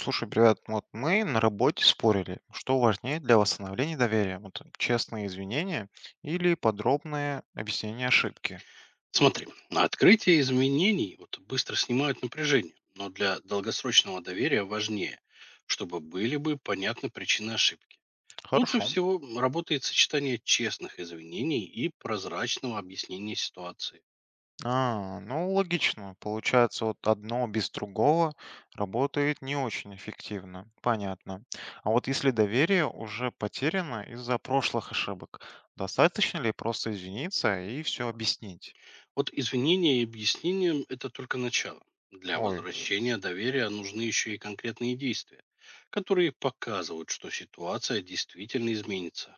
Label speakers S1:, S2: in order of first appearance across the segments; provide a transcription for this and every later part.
S1: Слушай, привет. Вот мы на работе спорили, что важнее для восстановления доверия. Вот честные извинения или подробное объяснение ошибки.
S2: Смотри, на открытие изменений вот, быстро снимают напряжение, но для долгосрочного доверия важнее, чтобы были бы понятны причины ошибки. Лучше
S1: Хорошо.
S2: всего работает сочетание честных извинений и прозрачного объяснения ситуации.
S1: А, ну логично. Получается, вот одно без другого работает не очень эффективно. Понятно. А вот если доверие уже потеряно из-за прошлых ошибок, достаточно ли просто извиниться и все объяснить?
S2: Вот извинения и объяснения– это только начало. Для
S1: Ой.
S2: возвращения доверия нужны еще и конкретные действия, которые показывают, что ситуация действительно изменится.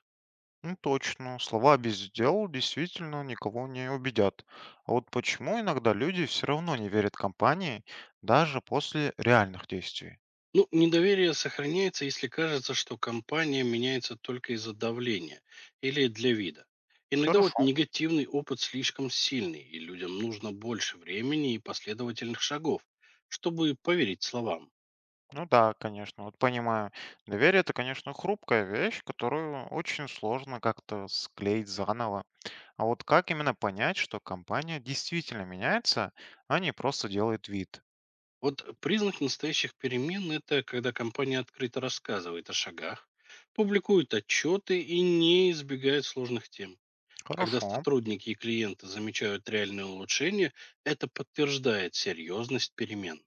S1: Ну, точно, слова без дел действительно никого не убедят. А вот почему иногда люди все равно не верят компании даже после реальных действий?
S2: Ну, недоверие сохраняется, если кажется, что компания меняется только из-за давления или для вида. Иногда вот
S1: Хорошо,
S2: негативный опыт слишком сильный, и людям нужно больше времени и последовательных шагов, чтобы поверить словам.
S1: ну да, конечно, вот понимаю. Доверие это, конечно, хрупкая вещь, которую очень сложно как-то склеить заново. А вот как именно понять, что компания действительно меняется, а не просто делает вид?
S2: Вот признак настоящих перемен– это когда компания открыто рассказывает о шагах, публикует отчеты и не избегает сложных тем. Когда
S1: Хорошо.
S2: сотрудники и клиенты замечают реальные улучшения, это подтверждает серьезность перемен.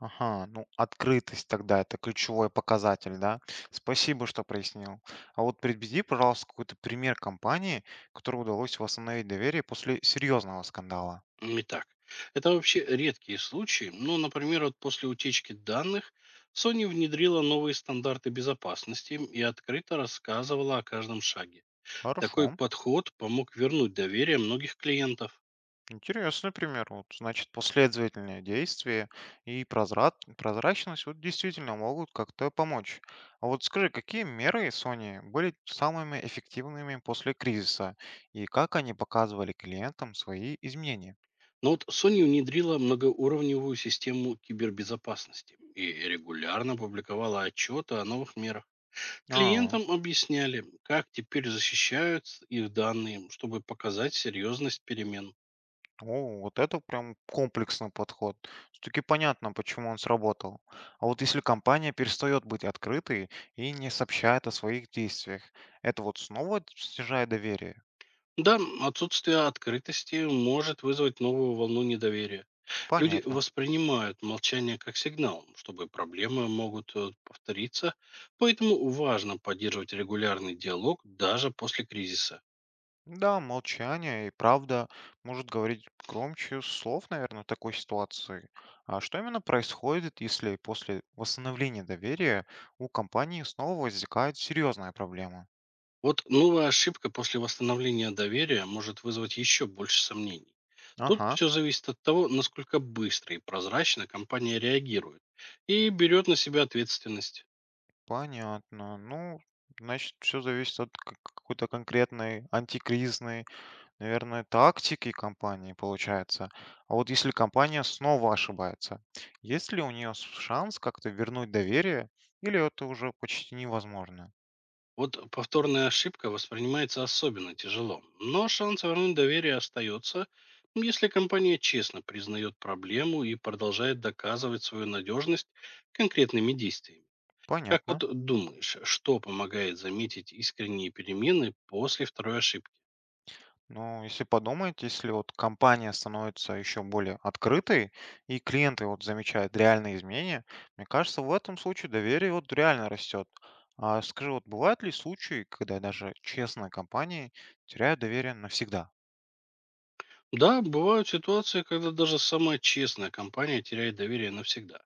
S1: Ага, ну, открытость тогда это ключевой показатель, да? Спасибо, что прояснил. А вот приведи, пожалуйста, какой-то пример компании, которой удалось восстановить доверие после серьезного скандала.
S2: Итак, это вообще редкие случаи, но, например, вот после утечки данных Sony внедрила новые стандарты безопасности и открыто рассказывала о каждом шаге. Такой
S1: Хорошо.
S2: подход помог вернуть доверие многих клиентов.
S1: Интересный пример. Вот, значит, последовательные действия и прозрачность вот действительно могут как-то помочь. А вот скажи, какие меры Sony были самыми эффективными после кризиса и как они показывали клиентам свои изменения?
S2: Но вот Sony внедрила многоуровневую систему кибербезопасности и регулярно публиковала отчеты о новых мерах.
S1: А.
S2: Клиентам объясняли, как теперь защищают их данные, чтобы показать серьезность перемен.
S1: О, вот это прям комплексный подход. Все-таки понятно, почему он сработал. А вот если компания перестает быть открытой и не сообщает о своих действиях, это вот снова снижает доверие.
S2: Да, отсутствие открытости может вызвать новую волну недоверия. Люди
S1: Понятно.
S2: воспринимают молчание как сигнал, чтобы проблемы могут повториться, поэтому важно поддерживать регулярный диалог даже после кризиса.
S1: Да, молчание и правда может говорить громче слов, наверное, в такой ситуации. А что именно происходит, если после восстановления доверия у компании снова возникает серьезная проблема?
S2: Вот новая ошибка после восстановления доверия может вызвать еще больше сомнений. Тут
S1: Ага.
S2: все зависит от того, насколько быстро и прозрачно компания реагирует и берет на себя ответственность.
S1: Понятно. Ну, значит, все зависит от к какой-то конкретной антикризной, наверное, тактики компании, получается. А вот если компания снова ошибается, есть ли у нее шанс как-то вернуть доверие или это уже почти невозможно?
S2: Вот повторная ошибка воспринимается особенно тяжело, но шанс вернуть доверие остается, ну, если компания честно признает проблему и продолжает доказывать свою надежность конкретными действиями. Как
S1: Понятно.
S2: вот думаешь, что помогает заметить искренние перемены после второй ошибки?
S1: Ну, если подумать, если вот компания становится еще более открытой, и клиенты вот замечают реальные изменения, мне кажется, в этом случае доверие вот реально растет. А скажи, вот бывают ли случаи, когда даже честные компании теряют доверие навсегда?
S2: Да, бывают ситуации, когда даже самая честная компания теряет доверие навсегда.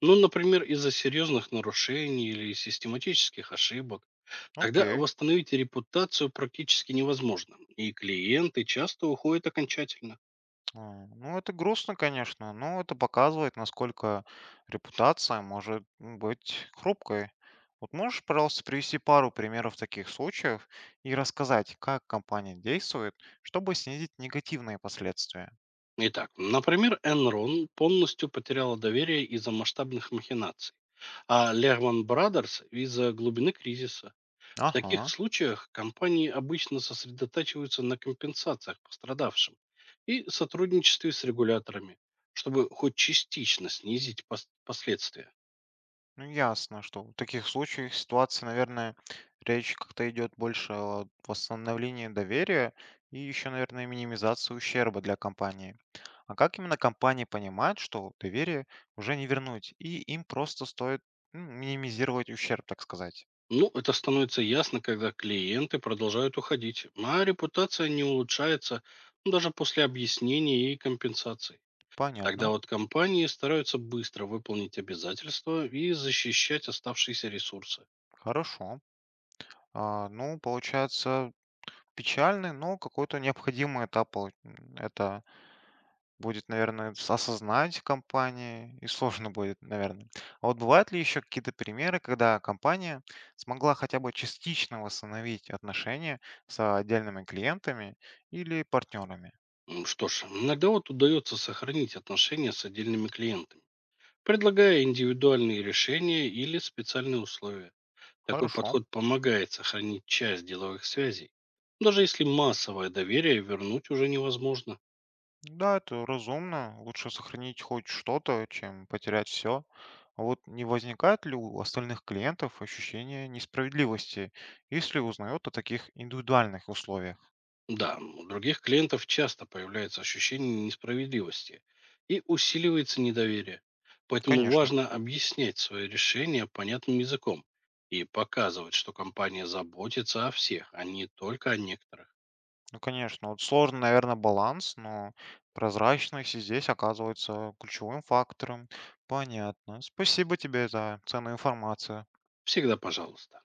S2: Ну, например, из-за серьезных нарушений или систематических ошибок. Тогда
S1: Окей.
S2: восстановить репутацию практически невозможно, и клиенты часто уходят окончательно.
S1: А, ну, это грустно, конечно, но это показывает, насколько репутация может быть хрупкой. Вот можешь, пожалуйста, привести пару примеров таких случаев и рассказать, как компания действует, чтобы снизить негативные последствия?
S2: Итак, например, Enron полностью потеряла доверие из-за масштабных махинаций, а Lehman Brothers из-за глубины кризиса. В таких
S1: Ага,
S2: случаях компании обычно сосредотачиваются на компенсациях пострадавшим и сотрудничестве с регуляторами, чтобы хоть частично снизить последствия.
S1: ну ясно, что в таких случаях ситуации, наверное, речь как-то идет больше о восстановлении доверия и еще, наверное, минимизации ущерба для компании. А как именно компании понимают, что доверие уже не вернуть, и им просто стоит минимизировать ущерб, так сказать?
S2: Ну, это становится ясно, когда клиенты продолжают уходить, а репутация не улучшается, ну, даже после объяснений и компенсаций. Тогда
S1: Понятно,
S2: вот компании стараются быстро выполнить обязательства и защищать оставшиеся ресурсы.
S1: хорошо. А, ну, получается, печальный, но какой-то необходимый этап. Это будет, наверное, осознать в компании, и сложно будет, наверное. А вот бывают ли еще какие-то примеры, когда компания смогла хотя бы частично восстановить отношения с отдельными клиентами или партнерами?
S2: Что ж, иногда вот удается сохранить отношения с отдельными клиентами, предлагая индивидуальные решения или специальные условия. Такой
S1: Хорошо.
S2: подход помогает сохранить часть деловых связей, даже если массовое доверие вернуть уже невозможно.
S1: Да, это разумно. Лучше сохранить хоть что-то, чем потерять все. А вот не возникает ли у остальных клиентов ощущение несправедливости, если узнают о таких индивидуальных условиях?
S2: Да, у других клиентов часто появляется ощущение несправедливости и усиливается недоверие. Поэтому
S1: Конечно,
S2: важно объяснять свои решения понятным языком и показывать, что компания заботится о всех, а не только о некоторых.
S1: ну конечно. Вот сложно, наверное, баланс, но прозрачность и здесь оказывается ключевым фактором. Понятно. Спасибо тебе за ценную информацию.
S2: Всегда пожалуйста.